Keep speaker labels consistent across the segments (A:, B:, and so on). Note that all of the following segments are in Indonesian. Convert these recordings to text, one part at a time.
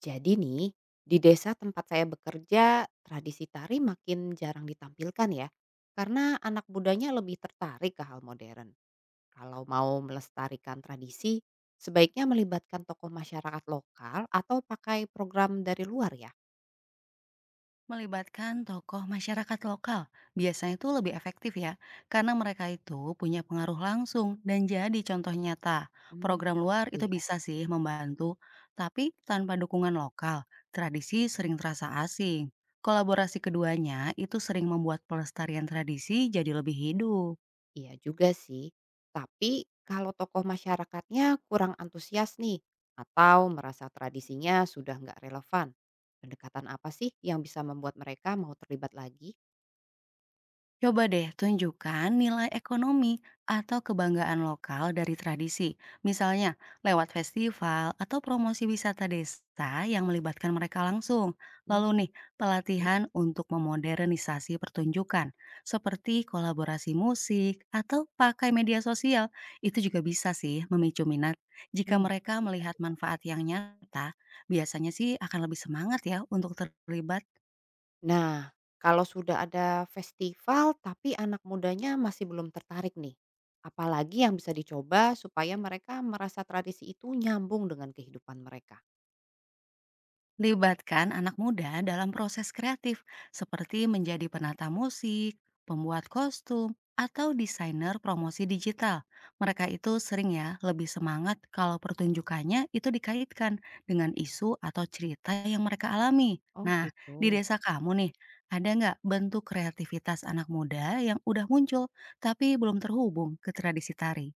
A: Jadi nih, di desa tempat saya bekerja, tradisi tari makin jarang ditampilkan ya. Karena anak mudanya lebih tertarik ke hal modern. Kalau mau melestarikan tradisi, sebaiknya melibatkan tokoh masyarakat lokal atau pakai program dari luar ya.
B: Melibatkan tokoh masyarakat lokal biasanya itu lebih efektif ya, karena mereka itu punya pengaruh langsung dan jadi contoh nyata.
A: Hmm,
B: Program luar
A: gitu
B: itu
A: ya.
B: bisa sih membantu, tapi tanpa dukungan lokal, tradisi sering terasa asing. Kolaborasi keduanya itu sering membuat pelestarian tradisi jadi lebih hidup.
A: Iya juga sih. Tapi kalau tokoh masyarakatnya kurang antusias nih, atau merasa tradisinya sudah nggak relevan, pendekatan apa sih yang bisa membuat mereka mau terlibat lagi?
B: Coba deh tunjukkan nilai ekonomi atau kebanggaan lokal dari tradisi, misalnya lewat festival atau promosi wisata desa yang melibatkan mereka langsung. Lalu nih,
A: Oke.
B: pelatihan untuk memodernisasi pertunjukan, seperti kolaborasi musik atau pakai media sosial, itu juga bisa sih memicu minat. Jika
A: Mmm.
B: mereka
A: Bisa
B: melihat
A: bisa.
B: manfaat yang nyata, biasanya sih akan lebih semangat ya untuk terlibat.
A: Nah, kalau sudah ada festival tapi anak mudanya masih belum tertarik nih, apalagi yang bisa dicoba supaya mereka merasa tradisi itu nyambung dengan kehidupan mereka?
B: Libatkan anak muda dalam proses kreatif, seperti menjadi penata musik, pembuat kostum, atau desainer promosi digital. Mereka itu sering ya lebih semangat kalau pertunjukannya itu dikaitkan dengan isu atau cerita yang mereka alami.
A: Oh,
B: Nah, di
A: gitu.
B: desa kamu nih, ada nggak bentuk kreativitas anak muda yang udah muncul tapi belum terhubung ke tradisi tari?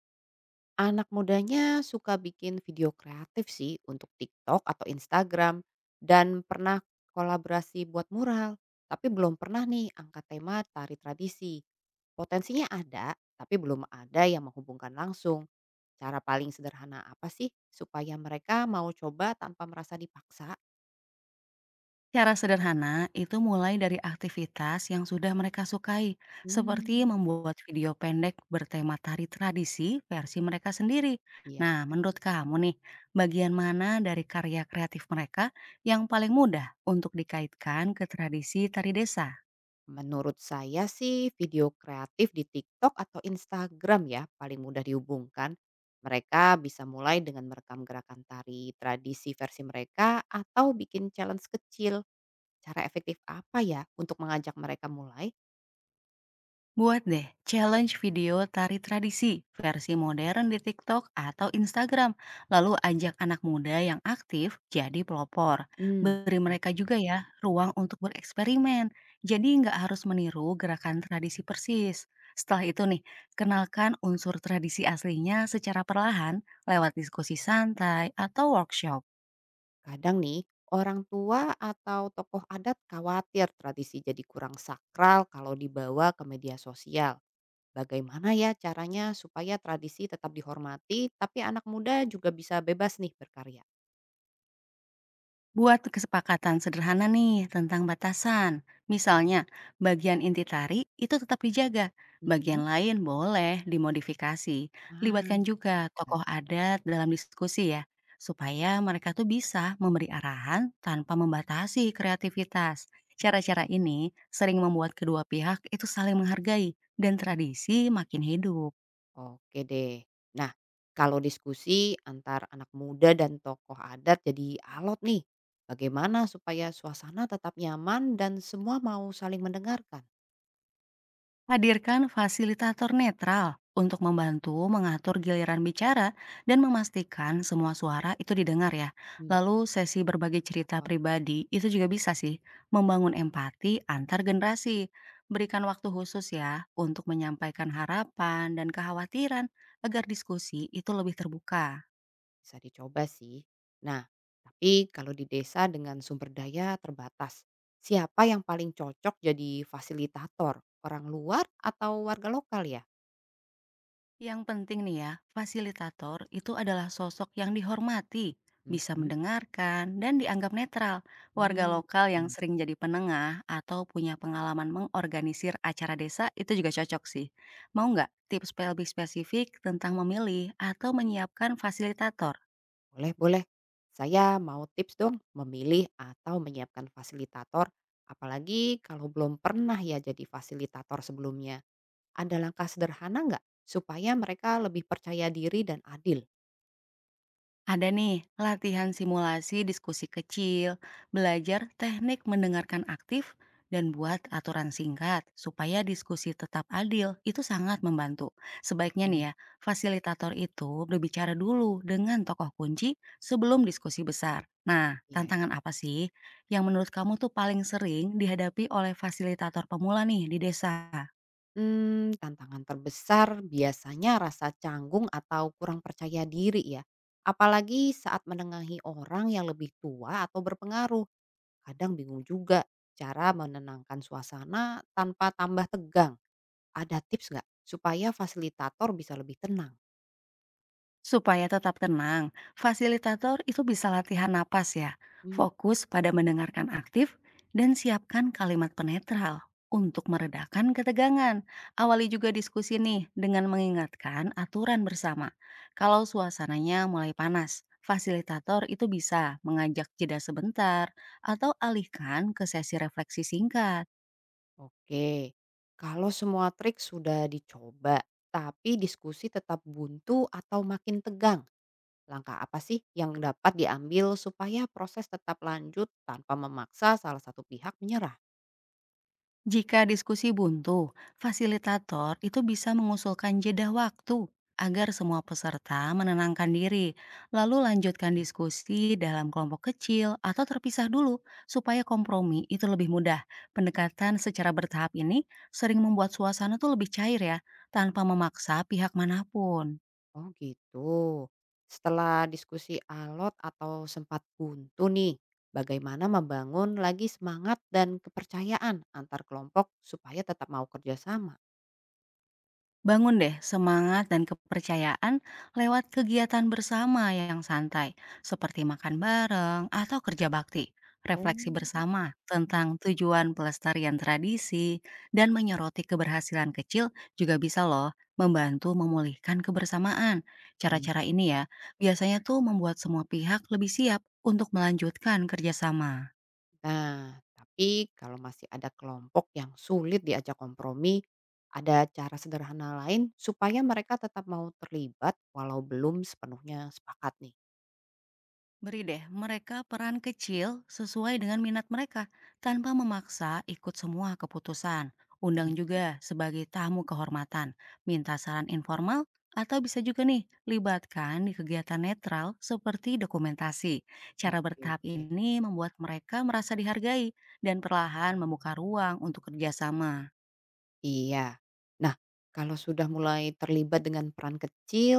A: Anak mudanya suka bikin video kreatif sih untuk TikTok atau Instagram dan pernah kolaborasi buat mural, tapi belum pernah nih angkat tema tari tradisi. Potensinya ada, tapi belum ada yang menghubungkan langsung. Cara paling sederhana apa sih supaya mereka mau coba tanpa merasa dipaksa?
B: Cara sederhana itu mulai dari aktivitas yang sudah mereka sukai, seperti
A: Hmm,
B: membuat video pendek bertema tari tradisi versi mereka sendiri.
A: iya.
B: Nah, menurut kamu nih, bagian mana dari karya kreatif mereka yang paling mudah untuk dikaitkan ke tradisi tari desa?
A: Menurut saya sih video kreatif di TikTok atau Instagram ya paling mudah dihubungkan. Mereka bisa mulai dengan merekam gerakan tari tradisi versi mereka atau bikin challenge kecil. Cara efektif apa ya untuk mengajak mereka mulai?
B: Buat deh challenge video tari tradisi versi modern di TikTok atau Instagram. Lalu ajak anak muda yang aktif jadi pelopor.
A: Hmm,
B: Beri
A: ya,
B: mereka juga ya ruang untuk bereksperimen. Jadi nggak harus meniru gerakan tradisi persis. Setelah itu nih, kenalkan unsur tradisi aslinya secara perlahan lewat diskusi santai atau workshop.
A: kadang nih orang tua atau tokoh adat khawatir tradisi jadi kurang sakral kalau dibawa ke media sosial. Bagaimana ya caranya supaya tradisi tetap dihormati, tapi anak muda juga bisa bebas nih berkarya?
B: Buat kesepakatan sederhana nih tentang batasan. Misalnya, bagian inti tari itu tetap dijaga,
A: Mhm.
B: bagian lain boleh dimodifikasi.
A: Ah,
B: Libatkan juga
A: nggak
B: tokoh adat dalam diskusi ya, supaya mereka tuh bisa memberi arahan tanpa membatasi kreativitas.
A: toko
B: Cara-cara
A: oke.
B: ini sering membuat kedua pihak itu saling menghargai dan tradisi makin hidup.
A: Oke deh. Nah, kalau diskusi antar anak muda dan tokoh adat jadi alot nih, bagaimana supaya suasana tetap nyaman dan semua mau saling mendengarkan?
B: Hadirkan fasilitator netral untuk membantu mengatur giliran bicara dan memastikan semua suara itu didengar ya.
A: Hmm,
B: Lalu sesi berbagi cerita
A: apa nih?
B: pribadi itu juga bisa sih membangun empati antar generasi. Berikan waktu khusus ya untuk menyampaikan harapan dan kekhawatiran agar diskusi itu lebih terbuka.
A: Bisa dicoba sih. Nah, tapi kalau di desa dengan sumber daya terbatas, siapa yang paling cocok jadi fasilitator? Orang luar atau warga lokal ya?
B: Yang penting nih ya, fasilitator itu adalah sosok yang dihormati, bisa
A: Mhm.
B: mendengarkan, dan dianggap netral. Warga
A: Hmm.
B: lokal yang
A: Hmm.
B: sering jadi penengah atau punya pengalaman mengorganisir acara desa itu juga cocok sih. Mau nggak tips lebih spesifik tentang memilih atau menyiapkan fasilitator?
A: Boleh, boleh. Saya mau tips dong memilih atau menyiapkan fasilitator. Apalagi kalau belum pernah ya jadi fasilitator sebelumnya. Ada langkah sederhana nggak supaya mereka lebih percaya diri dan adil?
B: Ada nih, latihan simulasi diskusi kecil, belajar teknik mendengarkan aktif, dan buat aturan singkat supaya diskusi tetap adil itu sangat membantu. Sebaiknya nih
A: Paham.
B: ya, fasilitator itu berbicara dulu dengan tokoh kunci sebelum diskusi besar. Nah,
A: Iya.
B: tantangan apa sih yang menurut kamu tuh paling sering dihadapi oleh fasilitator pemula nih di desa?
A: Tantangan terbesar biasanya rasa canggung atau kurang percaya diri ya. Apalagi saat menengahi orang yang lebih tua atau berpengaruh. Kadang bingung juga cara menenangkan suasana tanpa tambah tegang. Ada tips nggak supaya fasilitator bisa lebih tenang?
B: Supaya tetap tenang, fasilitator itu bisa latihan napas ya,
A: Hmm,
B: fokus pada mendengarkan aktif, dan siapkan kalimat penetral untuk meredakan ketegangan. Awali juga diskusi nih dengan mengingatkan aturan bersama. Kalau suasananya mulai panas, fasilitator itu bisa mengajak jeda sebentar atau alihkan ke sesi refleksi singkat.
A: oke. Kalau semua trik sudah dicoba, tapi diskusi tetap buntu atau makin tegang, langkah apa sih yang dapat diambil supaya proses tetap lanjut tanpa memaksa salah satu pihak menyerah?
B: Jika diskusi buntu, fasilitator itu bisa mengusulkan jeda waktu agar semua peserta menenangkan diri, lalu lanjutkan diskusi dalam kelompok kecil atau terpisah dulu supaya kompromi itu lebih mudah. Pendekatan secara bertahap ini sering membuat suasana tuh lebih cair ya, tanpa memaksa pihak manapun.
A: Oh, gitu. Setelah diskusi alot atau sempat buntu nih, bagaimana membangun lagi semangat dan kepercayaan antar kelompok supaya tetap mau kerjasama?
B: Bangun deh semangat dan kepercayaan lewat kegiatan bersama yang santai, seperti makan bareng atau kerja bakti.
A: Oh,
B: Refleksi bersama tentang tujuan pelestarian tradisi dan menyoroti keberhasilan kecil juga bisa loh membantu memulihkan kebersamaan.
A: benar.
B: Cara-cara ini ya biasanya tuh membuat semua pihak lebih siap untuk melanjutkan kerjasama.
A: Nah, tapi kalau masih ada kelompok yang sulit diajak kompromi, ada cara sederhana lain supaya mereka tetap mau terlibat walau belum sepenuhnya sepakat nih.
B: Beri deh mereka peran kecil sesuai dengan minat mereka, tanpa memaksa ikut semua keputusan. Undang
A: Terus?
B: juga sebagai tamu kehormatan, minta saran informal, atau bisa juga nih libatkan di kegiatan netral seperti dokumentasi. Cara
A: Oke
B: bertahap
A: oke.
B: ini membuat mereka merasa dihargai dan perlahan membuka ruang untuk kerjasama.
A: Iya. Nah, kalau sudah mulai terlibat dengan peran kecil,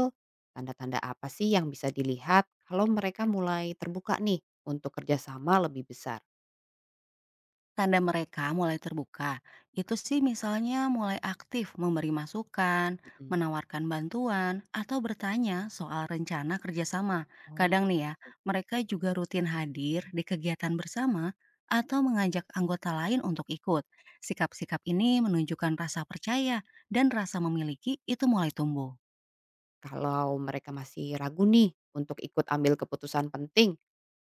A: tanda-tanda apa sih yang bisa dilihat kalau mereka mulai terbuka nih untuk kerjasama lebih besar?
B: Tanda mereka mulai terbuka, itu sih misalnya mulai aktif memberi masukan,
A: Mhm.
B: menawarkan bantuan, atau bertanya soal rencana kerjasama. Kadang
A: Oh.
B: nih ya, mereka juga rutin hadir di kegiatan bersama atau mengajak anggota lain untuk ikut. Sikap-sikap ini menunjukkan rasa percaya dan rasa memiliki itu mulai tumbuh.
A: Kalau mereka masih ragu nih untuk ikut ambil keputusan penting,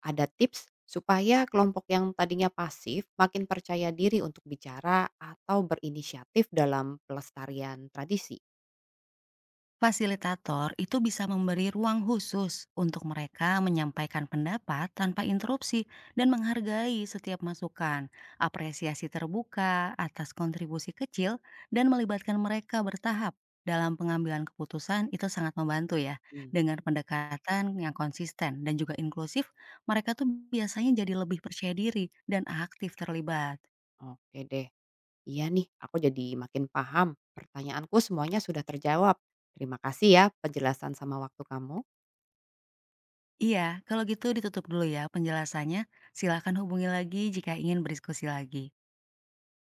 A: ada tips supaya kelompok yang tadinya pasif makin percaya diri untuk bicara atau berinisiatif dalam pelestarian tradisi?
B: Fasilitator itu bisa memberi ruang khusus untuk mereka menyampaikan pendapat tanpa interupsi dan menghargai setiap masukan, apresiasi terbuka atas kontribusi kecil, dan melibatkan mereka bertahap dalam pengambilan keputusan itu sangat membantu ya.
A: Mmm,
B: Dengan pendekatan yang konsisten dan juga inklusif, mereka tuh biasanya jadi lebih percaya diri dan aktif terlibat.
A: oke deh. Iya nih, aku jadi makin paham. Pertanyaanku semuanya sudah terjawab. Terima kasih ya penjelasan sama waktu kamu.
B: Iya, kalau gitu ditutup dulu ya penjelasannya. Silakan hubungi lagi jika ingin berdiskusi lagi.